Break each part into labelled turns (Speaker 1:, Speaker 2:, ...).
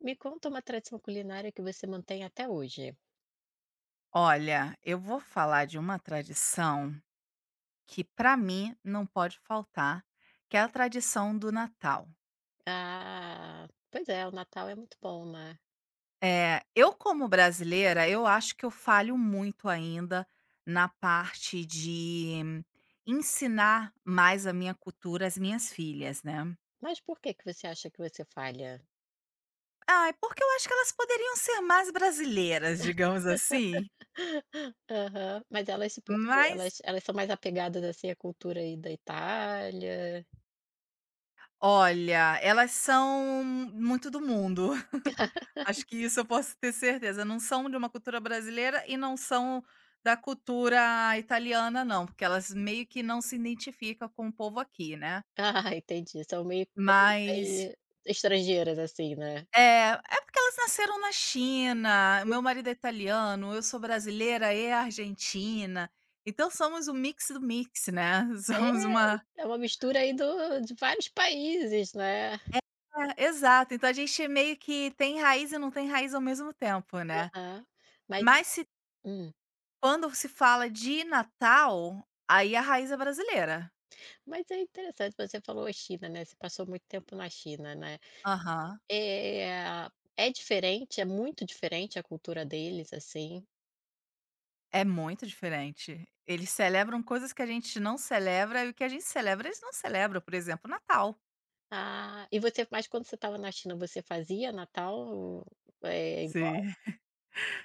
Speaker 1: Me conta uma tradição culinária que você mantém até hoje.
Speaker 2: Olha, eu vou falar de uma tradição que para mim não pode faltar, que é a tradição do Natal.
Speaker 1: Ah, pois é, o Natal é muito bom, né.
Speaker 2: É, eu como brasileira, eu acho que eu falho muito ainda na parte de ensinar mais a minha cultura às minhas filhas, né.
Speaker 1: Mas por que que você acha que você falha?
Speaker 2: Ai, porque eu acho que elas poderiam ser mais brasileiras, digamos assim,
Speaker 1: Aham. Mas elas se por quê?
Speaker 2: mas,
Speaker 1: Elas são mais apegadas, assim, à cultura aí da Itália?
Speaker 2: olha, elas são muito do mundo. Acho que isso eu posso ter certeza, não são de uma cultura brasileira e não são da cultura italiana não, porque elas meio que não se identificam com o povo aqui, né.
Speaker 1: Ah, entendi, são meio bem
Speaker 2: Mas
Speaker 1: bem estrangeiras, assim, né.
Speaker 2: é, é porque elas nasceram na China, meu marido é italiano, eu sou brasileira e argentina, então somos um mix do mix, né, somos uma
Speaker 1: É uma mistura aí do de vários países, né.
Speaker 2: é, exato, então a gente meio que tem raiz e não tem raiz ao mesmo tempo, né.
Speaker 1: Aham. Mas
Speaker 2: Mas se
Speaker 1: hum,
Speaker 2: Quando se fala de Natal, aí a raiz é brasileira.
Speaker 1: mas é interessante, você falou a China, né, você passou muito tempo na China, né.
Speaker 2: Aham.
Speaker 1: É, é diferente, é muito diferente a cultura deles, assim.
Speaker 2: É muito diferente. Eles celebram coisas que a gente não celebra e o que a gente celebra, eles não celebram, por exemplo, Natal.
Speaker 1: Ah, e você mas quando você estava na China, você fazia Natal, igual,
Speaker 2: Sim.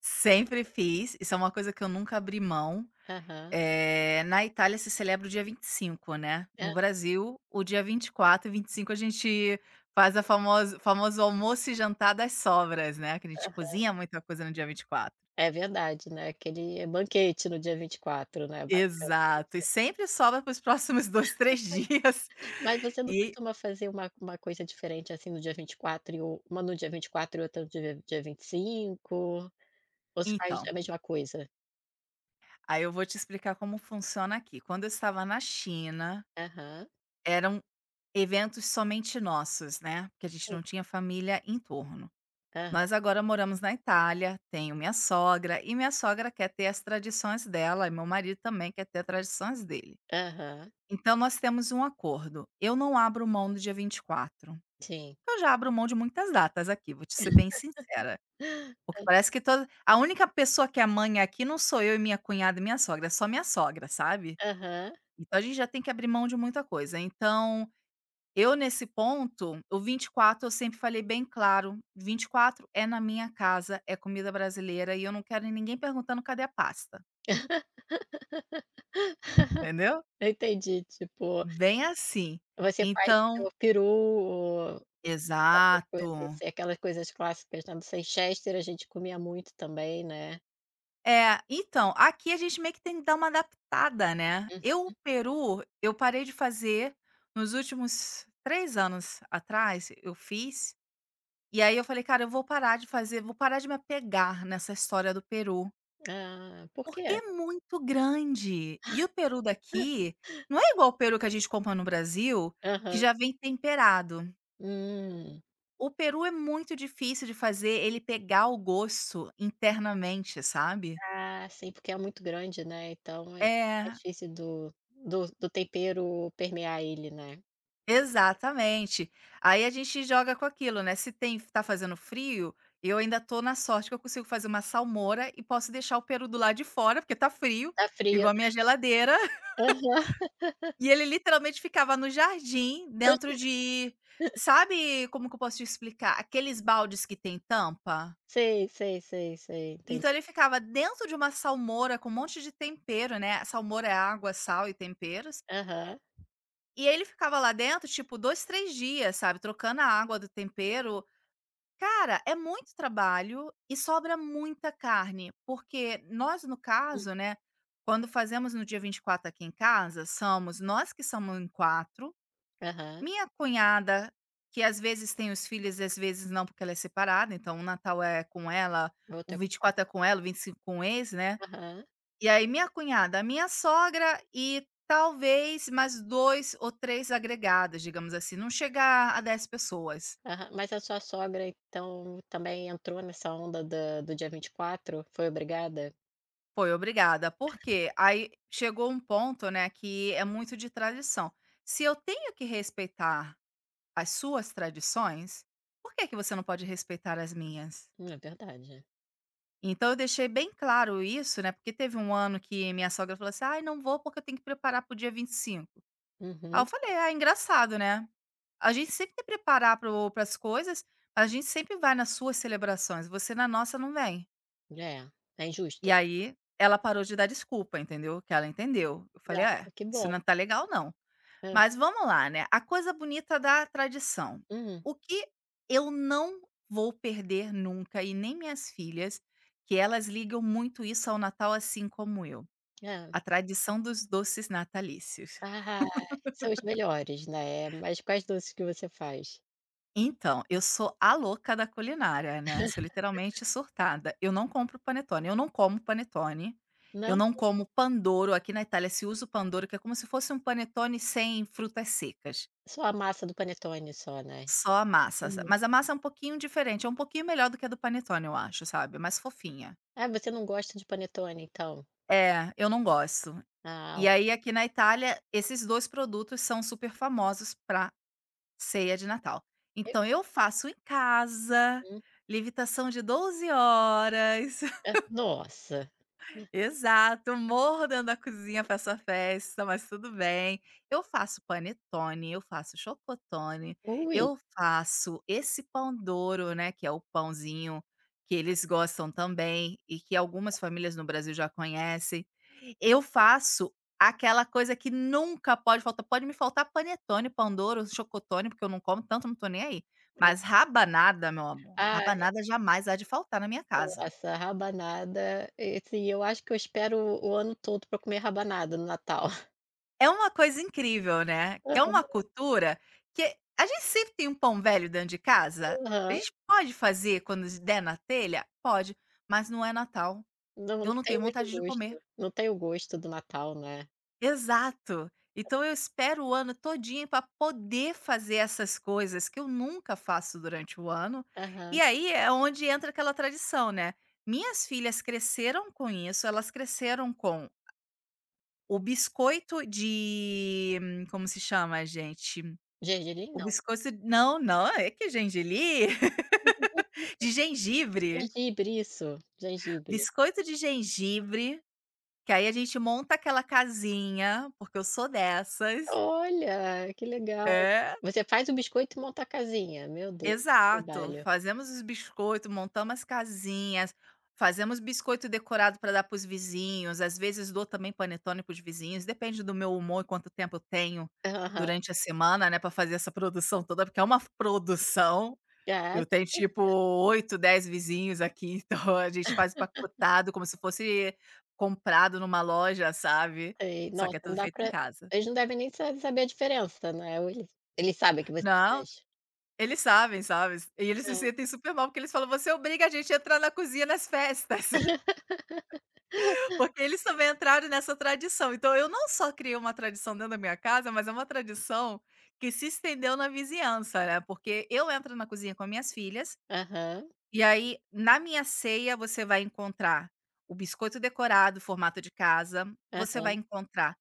Speaker 2: Sempre fiz, isso é uma coisa que eu nunca abri mão.
Speaker 1: aham.
Speaker 2: Na Itália se celebra o dia 25, né,
Speaker 1: É,
Speaker 2: no Brasil, o dia 24 e 25 a gente faz a famosa famoso almoço e jantar das sobras, né, que a gente cozinha muita coisa no dia 24.
Speaker 1: É verdade, né, aquele banquete no dia 24, né, basicamente.
Speaker 2: Exato, e sempre sobra para os próximos 2 3 dias.
Speaker 1: Mas você não
Speaker 2: E
Speaker 1: costuma fazer uma coisa diferente, assim, no dia vinte e quatro e o uma no dia vinte e quatro e outra no dia 25? Ou você faz
Speaker 2: então,
Speaker 1: a mesma coisa?
Speaker 2: aí eu vou te explicar como funciona aqui. Quando eu estava na China,
Speaker 1: Aham,
Speaker 2: eram eventos somente nossos, né, porque a gente
Speaker 1: sim.
Speaker 2: não tinha família em torno.
Speaker 1: Aham,
Speaker 2: Nós agora moramos na Itália, tenho minha sogra, e minha sogra quer ter as tradições dela, e meu marido também quer ter as tradições dele.
Speaker 1: aham,
Speaker 2: Então nós temos um acordo, eu não abro mão do dia 24.
Speaker 1: sim.
Speaker 2: Eu já abro mão de muitas datas aqui, vou te ser bem sincera. Porque parece que toda a única pessoa que é mãe aqui não sou eu e minha cunhada e minha sogra, é só minha sogra, sabe.
Speaker 1: Aham.
Speaker 2: Então a gente já tem que abrir mão de muita coisa. Então, eu nesse ponto, o 24 eu sempre falei bem claro: 24 é na minha casa, é comida brasileira e eu não quero ninguém perguntando cadê a pasta", entendeu?
Speaker 1: Eu entendi, tipo,
Speaker 2: Bem assim.
Speaker 1: você faz
Speaker 2: Então
Speaker 1: então peru, ou essas coisas
Speaker 2: exato.
Speaker 1: assim, aquelas coisas clássicas, né, do Chester a gente comia muito também, né.
Speaker 2: É, então, aqui a gente meio que tem que dar uma adaptada, né.
Speaker 1: Hum.
Speaker 2: Eu o peru, eu parei de fazer nos últimos 3 anos atrás, eu fiz, e aí eu falei: "Cara, eu vou parar de fazer, vou parar de me apegar nessa história do peru",
Speaker 1: Ah, por
Speaker 2: porque
Speaker 1: quê?
Speaker 2: é muito grande. E o peru daqui não é igual o peru que a gente compra no Brasil, que
Speaker 1: Aham.
Speaker 2: já vem temperado.
Speaker 1: Hum.
Speaker 2: O peru é muito difícil de fazer ele pegar o gosto internamente, sabe.
Speaker 1: Ah, sim, porque é muito grande, né, então é mais
Speaker 2: É.
Speaker 1: difícil do tempero permear ele, né.
Speaker 2: Exatamente. Aí a gente joga com aquilo, né, se tem tá fazendo frio, eu ainda tô na sorte que eu consigo fazer uma salmoura e posso deixar o peru do lado de fora, porque tá frio,
Speaker 1: Tá frio,
Speaker 2: igual a minha
Speaker 1: né.
Speaker 2: geladeira,
Speaker 1: Aham.
Speaker 2: e ele literalmente ficava no jardim, dentro de sabe como que eu posso te explicar? Aqueles baldes que tem tampa?
Speaker 1: Sei, sei, sei, sei,
Speaker 2: Então
Speaker 1: entendi.
Speaker 2: ele ficava dentro de uma salmoura com um monte de tempero, né, a salmoura é água, sal e temperos,
Speaker 1: Aham.
Speaker 2: e ele ficava lá dentro, tipo, 2 3 dias, sabe, trocando a água do tempero. Cara, é muito trabalho e sobra muita carne, porque nós, no
Speaker 1: Hum.
Speaker 2: caso, né, quando fazemos no dia 24 aqui em casa, somos nós que somos em 4.
Speaker 1: Aham.
Speaker 2: Minha cunhada, que às vezes tem os filhos e às vezes não, porque ela é separada, então o Natal é com ela,
Speaker 1: Vou
Speaker 2: o
Speaker 1: até
Speaker 2: 24 é com ela, o 25 é com o ex, né?
Speaker 1: Aham.
Speaker 2: E aí minha cunhada, a minha sogra e talvez mais dois ou três agregados, digamos assim, não chegar a 10 pessoas.
Speaker 1: Aham. Mas a sua sogra, então, também entrou nessa onda da do dia 24? Foi obrigada?
Speaker 2: Foi obrigada, porque aí chegou um ponto, né, que é muito de tradição. Se eu tenho que respeitar as suas tradições, por que que você não pode respeitar as minhas?
Speaker 1: É verdade.
Speaker 2: Então eu deixei bem claro isso, né, porque teve um ano que minha sogra falou assim: "Ai, não vou porque eu tenho que preparar para o dia 25". Aí eu
Speaker 1: Uhum.
Speaker 2: falei: "Ah, engraçado, né? A gente sempre tem que preparar para as coisas, mas a gente sempre vai nas suas celebrações, você na nossa não vem".
Speaker 1: É, é injusto.
Speaker 2: E aí, ela parou de dar desculpa, entendeu, que ela entendeu. Eu falei: "É,
Speaker 1: É, que
Speaker 2: isso
Speaker 1: bom.
Speaker 2: não tá legal não".
Speaker 1: Hã.
Speaker 2: Mas vamos lá, né, a coisa bonita da tradição.
Speaker 1: Uhum.
Speaker 2: O que eu não vou perder nunca e nem minhas filhas, que elas ligam muito isso ao Natal, assim como eu,
Speaker 1: É.
Speaker 2: a tradição dos doces natalícios.
Speaker 1: Ah, são os melhores, né. Mas quais doces que você faz?
Speaker 2: Então, eu sou a louca da culinária, né, eu sou literalmente surtada. Eu não compro panetone, eu não como panetone, eu
Speaker 1: Não?
Speaker 2: não como pandoro, aqui na Itália se usa o pandoro, que é como se fosse um panetone sem frutas secas,
Speaker 1: Só a massa do panetone só, né.
Speaker 2: só a massa, sa
Speaker 1: Hum.
Speaker 2: mas a massa é um pouquinho diferente, é um pouquinho melhor do que a do panetone eu acho, sabe, é mais fofinha.
Speaker 1: Ah, você não gosta de panetone, então?
Speaker 2: É, eu não gosto.
Speaker 1: Ah,
Speaker 2: E
Speaker 1: ok.
Speaker 2: aí aqui na Itália, esses 2 produtos são super famosos para ceia de Natal. Então eu faço em casa,
Speaker 1: Hum.
Speaker 2: levitação de 12 horas.
Speaker 1: Hã. Nossa!
Speaker 2: Exato, morro dentro da cozinha pra essa festa, mas tudo bem. Eu faço panetone, eu faço chocotone,
Speaker 1: Ui.
Speaker 2: eu faço esse pão douro, né, que é o pãozinho que eles gostam também e que algumas famílias no Brasil já conhecem. Eu faço aquela coisa que nunca pode faltar, pode me faltar panetone, pão douro, chocotone, porque eu não como tanto, não tô nem aí. Mas rabanada, meu amor,
Speaker 1: Ah,
Speaker 2: rabanada jamais há de faltar na minha casa.
Speaker 1: Nossa, rabanada, e assim, eu acho que eu espero o ano todo para comer rabanada no Natal.
Speaker 2: É uma coisa incrível, né, que é
Speaker 1: Aham,
Speaker 2: uma cultura que a gente sempre tem um pão velho dentro de casa, a
Speaker 1: Aham.
Speaker 2: gente pode fazer quando der na telha? Pode, mas não é Natal,
Speaker 1: Não
Speaker 2: eu não
Speaker 1: tem
Speaker 2: tenho
Speaker 1: o mesmo
Speaker 2: vontade de
Speaker 1: gosto,
Speaker 2: comer.
Speaker 1: não tem o gosto do Natal, né.
Speaker 2: Exato. Então eu espero o ano todinho para poder fazer essas coisas que eu nunca faço durante o ano, e
Speaker 1: Aham.
Speaker 2: aí é onde entra aquela tradição, né. Minhas filhas cresceram com isso, elas cresceram com o biscoito de como se chama, gente?
Speaker 1: Gergelim
Speaker 2: O
Speaker 1: não.
Speaker 2: biscoito não, não, é que gengelim? De gengibre.
Speaker 1: Gengibre, isso, gengibre.
Speaker 2: Biscoito de gengibre, que aí a gente monta aquela casinha, porque eu sou dessas.
Speaker 1: Olha, que legal.
Speaker 2: É,
Speaker 1: Você faz o biscoito e monta a casinha, meu Deus, que
Speaker 2: exato.
Speaker 1: trabalho.
Speaker 2: Fazemos os biscoitos, montamos as casinhas, fazemos biscoito decorado para dar para os vizinhos, às vezes dou também panetone para os vizinhos, depende do meu humor e quanto tempo eu tenho
Speaker 1: Aham.
Speaker 2: durante a semana, né, para fazer essa produção toda, porque é uma produção.
Speaker 1: Ah,
Speaker 2: Eu tenho
Speaker 1: com
Speaker 2: tipo 8, 10 vizinhos aqui, então a gente faz empacotado como se fosse comprado numa loja, sabe.
Speaker 1: certeza.
Speaker 2: Só que
Speaker 1: Nossa,
Speaker 2: é
Speaker 1: não
Speaker 2: tudo
Speaker 1: dá
Speaker 2: feito em
Speaker 1: pra
Speaker 2: casa.
Speaker 1: eles não devem nem sa saber a diferença, né, ou eles sabem que você
Speaker 2: Não,
Speaker 1: faz.
Speaker 2: eles sabem, sabe. E eles se
Speaker 1: Ah,
Speaker 2: sentem super mal, porque eles falam: "Você obriga a gente a entrar na cozinha nas festas", porque eles também entraram nessa tradição. Então eu não só criei uma tradição dentro da minha casa, mas é uma tradição que se estendeu na vizinhança, né, porque eu entro na cozinha com as minhas filhas.
Speaker 1: Aham,
Speaker 2: E aí, na minha ceia, você vai encontrar o biscoito decorado, formato de casa, você vai
Speaker 1: aham.
Speaker 2: encontrar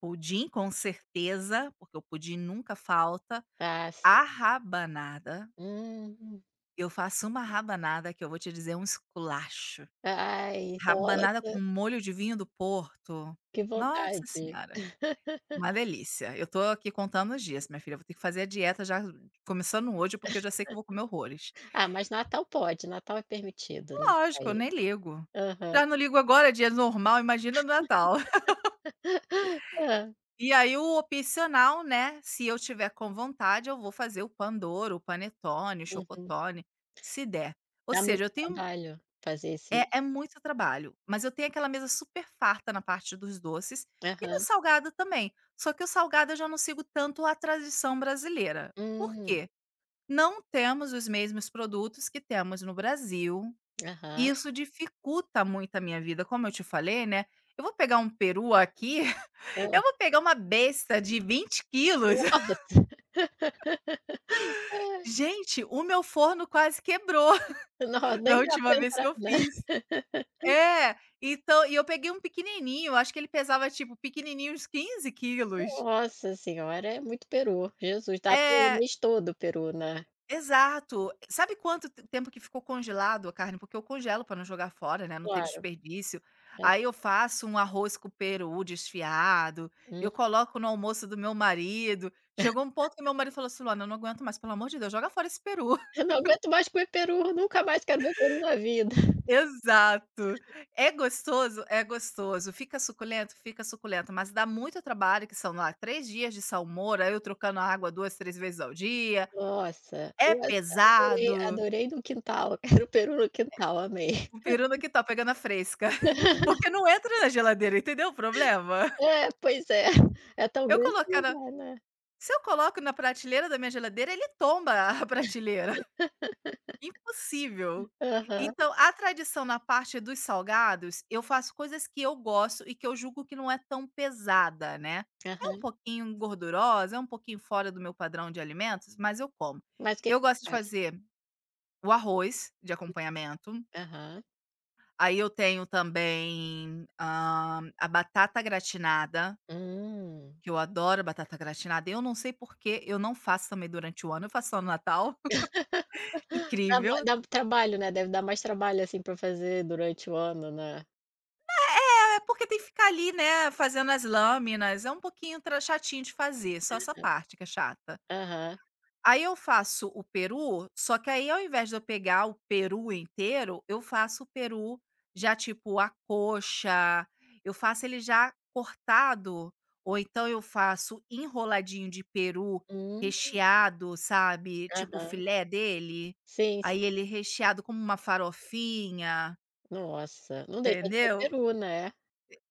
Speaker 2: pudim, com certeza, porque o pudim nunca falta,
Speaker 1: Ah, sim.
Speaker 2: a rabanada.
Speaker 1: Hum.
Speaker 2: Eu faço uma rabanada que eu vou te dizer é um esculacho.
Speaker 1: Ai,
Speaker 2: Rabanada
Speaker 1: nossa,
Speaker 2: com molho de vinho do Porto.
Speaker 1: que
Speaker 2: Nossa
Speaker 1: vontade.
Speaker 2: senhora, uma delícia. Eu tô aqui contando os dias, minha filha. Eu vou ter que fazer a dieta já começando hoje, porque eu já sei que eu vou comer horrores.
Speaker 1: Ah, mas Natal pode, Natal é permitido, né,
Speaker 2: Lógico, eu
Speaker 1: aí.
Speaker 2: nem ligo.
Speaker 1: Aham.
Speaker 2: Já não ligo agora, é dia normal, imagina no Natal.
Speaker 1: Hã.
Speaker 2: E aí o opcional, né, se eu tiver com vontade, eu vou fazer o pandoro, o panetone, o
Speaker 1: Uhum.
Speaker 2: chocotone, se der. Ou
Speaker 1: Dá muito
Speaker 2: seja, eu tenho
Speaker 1: trabalho fazer esse.
Speaker 2: é muito trabalho, mas eu tenho aquela mesa super farta na parte dos doces e no
Speaker 1: Aham.
Speaker 2: salgado também, só que o salgado eu já não sigo tanto a tradição brasileira. Por
Speaker 1: Hum.
Speaker 2: quê? Não temos os mesmos produtos que temos no Brasil. E
Speaker 1: Aham.
Speaker 2: isso dificulta muito a minha vida, como eu te falei, né, eu vou pegar um peru aqui, eu
Speaker 1: Hã.
Speaker 2: vou pegar uma besta de 20 quilos.
Speaker 1: Nossa. Ai,
Speaker 2: Gente, o meu forno quase quebrou
Speaker 1: no
Speaker 2: da
Speaker 1: nem dá
Speaker 2: última
Speaker 1: para
Speaker 2: vez que
Speaker 1: entrar,
Speaker 2: eu
Speaker 1: né.
Speaker 2: fiz. É, então e eu peguei um pequenininho, acho que ele pesava, tipo, pequenininho uns 15 quilos.
Speaker 1: Nossa senhora, é muito peru. Jesus, dá para o
Speaker 2: É.
Speaker 1: mês todo o peru, né.
Speaker 2: Exato. Sabe quanto t tempo que ficou congelado a carne? Porque eu congelo para não jogar fora, né, não ter
Speaker 1: Claro.
Speaker 2: desperdício.
Speaker 1: É.
Speaker 2: Aí eu faço um arroz com peru desfiado, eu
Speaker 1: Hum.
Speaker 2: coloco no almoço do meu marido. Chegou um ponto que meu marido falou assim: "Luana, eu não aguento mais, pelo amor de Deus, joga fora esse peru".
Speaker 1: Eu não aguento mais comer peru, nunca mais quero ver peru na vida.
Speaker 2: Exato. É gostoso? É gostoso. Fica suculento? Fica suculento, mas dá muito trabalho, que são lá 3 dias de salmoura, eu trocando a água 2, 3 vezes ao dia.
Speaker 1: Nossa,
Speaker 2: É
Speaker 1: eu essa adorei,
Speaker 2: pesado.
Speaker 1: adorei no quintal, quero peru no quintal, amei.
Speaker 2: O peru no quintal, pegando a fresca. Porque não entra na geladeira, entendeu o problema?
Speaker 1: É, pois é tão
Speaker 2: Eu
Speaker 1: grande que
Speaker 2: colocar
Speaker 1: não
Speaker 2: na
Speaker 1: dá, né.
Speaker 2: se eu coloco na prateleira da minha geladeira, ele tomba a prateleira. Impossível.
Speaker 1: Aham,
Speaker 2: Então, a tradição na parte dos salgados, eu faço coisas que eu gosto e que eu julgo que não é tão pesada, né. É um
Speaker 1: aham.
Speaker 2: pouquinho gordurosa, é um pouquinho fora do meu padrão de alimentos, mas eu como.
Speaker 1: Mas o que
Speaker 2: Eu
Speaker 1: que você
Speaker 2: gosto de
Speaker 1: faz?
Speaker 2: fazer o arroz de acompanhamento.
Speaker 1: Aham.
Speaker 2: Aí eu tenho também, a batata gratinada,
Speaker 1: Hum.
Speaker 2: que eu adoro batata gratinada, eu não sei por que eu não faço também durante o ano, eu faço só no Natal,
Speaker 1: Dá ma
Speaker 2: incrível.
Speaker 1: dá trabalho, né, deve dar mais trabalho, assim, para fazer durante o ano, né.
Speaker 2: É, porque tem que ficar ali, né, fazendo as lâminas, é um pouquinho tra chatinho de fazer, só essa parte que é chata.
Speaker 1: Aham.
Speaker 2: Aí eu faço o peru, só que aí ao invés de eu pegar o peru inteiro, eu faço o peru já tipo a coxa, eu faço ele já cortado, ou então eu faço enroladinho de peru
Speaker 1: Hum,
Speaker 2: recheado, sabe, tipo o
Speaker 1: aham.
Speaker 2: filé dele,
Speaker 1: Sim, sim.
Speaker 2: aí ele recheado como uma farofinha,
Speaker 1: Nossa, não deixa de ser
Speaker 2: entendeu?
Speaker 1: peru, né.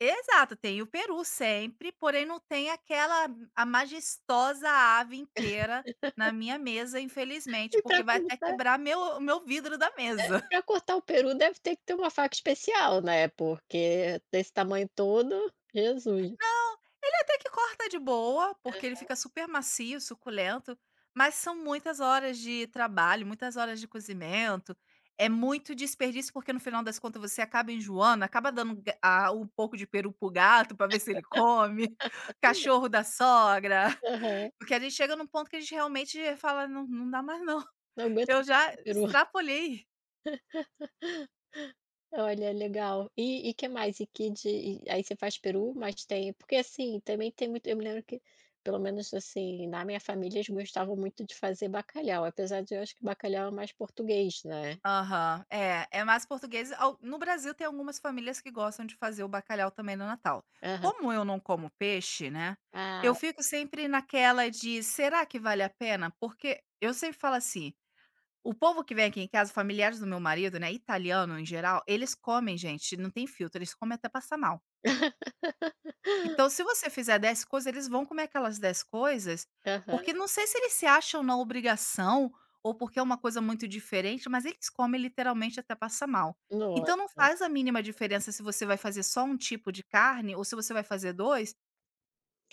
Speaker 2: Exato, tem o peru sempre, porém não tem aquela a majestosa ave inteira na minha mesa, infelizmente,
Speaker 1: E
Speaker 2: porque
Speaker 1: para
Speaker 2: vai até
Speaker 1: começar
Speaker 2: quebrar meu vidro da mesa.
Speaker 1: Pra cortar o peru deve ter que ter uma faca especial, né, porque desse tamanho todo, Jesus.
Speaker 2: Não, ele até que corta de boa, porque ele
Speaker 1: É.
Speaker 2: fica super macio, suculento, mas são muitas horas de trabalho, muitas horas de cozimento, é muito desperdício, porque no final das contas você acaba enjoando, acaba dando um pouco de peru pro gato para ver se ele come, cachorro da sogra,
Speaker 1: Aham.
Speaker 2: porque a gente chega num ponto que a gente realmente fala, não, não dá mais não,
Speaker 1: Não aguento
Speaker 2: eu
Speaker 1: mais
Speaker 2: já
Speaker 1: comer peru.
Speaker 2: extrapolhei.
Speaker 1: Olha, legal. E que mais? E que de E aí você faz peru, mas tem porque, assim, também tem muito, eu me lembro que, pelo menos, assim, na minha família eles gostavam muito de fazer bacalhau, apesar de, eu acho que bacalhau é mais português, né.
Speaker 2: Aham. É, é mais português. Al No Brasil tem algumas famílias que gostam de fazer o bacalhau também no Natal.
Speaker 1: Aham.
Speaker 2: Como eu não como peixe, né, eu
Speaker 1: Ah.
Speaker 2: fico sempre naquela de: "Será que vale a pena?" Porque eu sempre falo assim, o povo que vem aqui em casa, familiares do meu marido, né, italiano em geral, eles comem, gente, não tem filtro, eles comem até passar mal. Então, se você fizer 10 coisas, eles vão comer aquelas 10 coisas,
Speaker 1: Aham.
Speaker 2: porque não sei se eles se acham na obrigação ou porque é uma coisa muito diferente, mas eles comem literalmente até passar mal.
Speaker 1: Nossa.
Speaker 2: Então, não faz a mínima diferença se você vai fazer só um tipo de carne ou se você vai fazer 2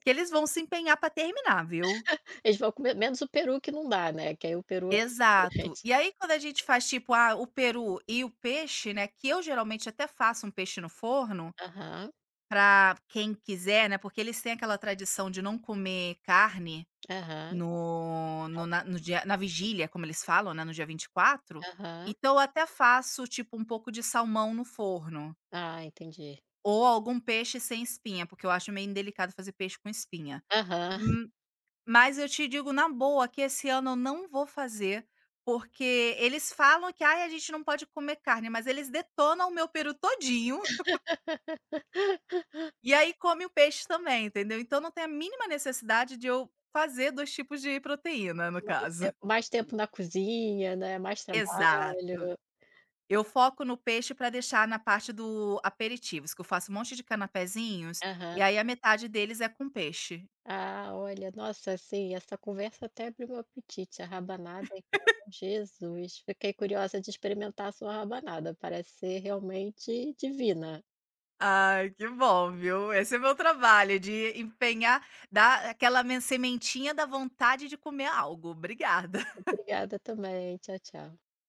Speaker 2: que eles vão se empenhar para terminar, viu?
Speaker 1: Eles vão comer menos o peru que não dá, né, que aí o peru é muito
Speaker 2: Exato.
Speaker 1: grande.
Speaker 2: E aí, quando a gente faz tipo, ah, o peru e o peixe, né? Que eu geralmente até faço um peixe no forno,
Speaker 1: Aham,
Speaker 2: para quem quiser, né? Porque eles têm aquela tradição de não comer carne
Speaker 1: aham,
Speaker 2: no dia na vigília, como eles falam, né, no dia 24,
Speaker 1: aham.
Speaker 2: então eu até faço, tipo, um pouco de salmão no forno,
Speaker 1: Ah, entendi.
Speaker 2: ou algum peixe sem espinha, porque eu acho meio indelicado fazer peixe com espinha.
Speaker 1: Aham.
Speaker 2: Hum, mas eu te digo na boa que esse ano eu não vou fazer, porque eles falam que: "Ai, a gente não pode comer carne", mas eles detonam o meu peru todinho, e aí come o peixe também, entendeu. Então não tem a mínima necessidade de eu fazer 2 tipos de proteína, no
Speaker 1: Mais
Speaker 2: caso.
Speaker 1: tempo mais tempo na cozinha, né, mais
Speaker 2: Exato.
Speaker 1: trabalho.
Speaker 2: Eu foco no peixe para deixar na parte do aperitivos, que eu faço um monte de canapézinhos,
Speaker 1: Aham.
Speaker 2: e aí a metade deles é com peixe.
Speaker 1: Ah, olha, nossa, assim, essa conversa até abriu meu apetite, a rabanada então, Jesus, fiquei curiosa de experimentar a sua rabanada, parece ser realmente divina.
Speaker 2: Ai, que bom, viu. Esse é meu trabalho, de empenhar, dar aquela men sementinha da vontade de comer algo. Obrigada.
Speaker 1: Obrigada também, tchau, tchau.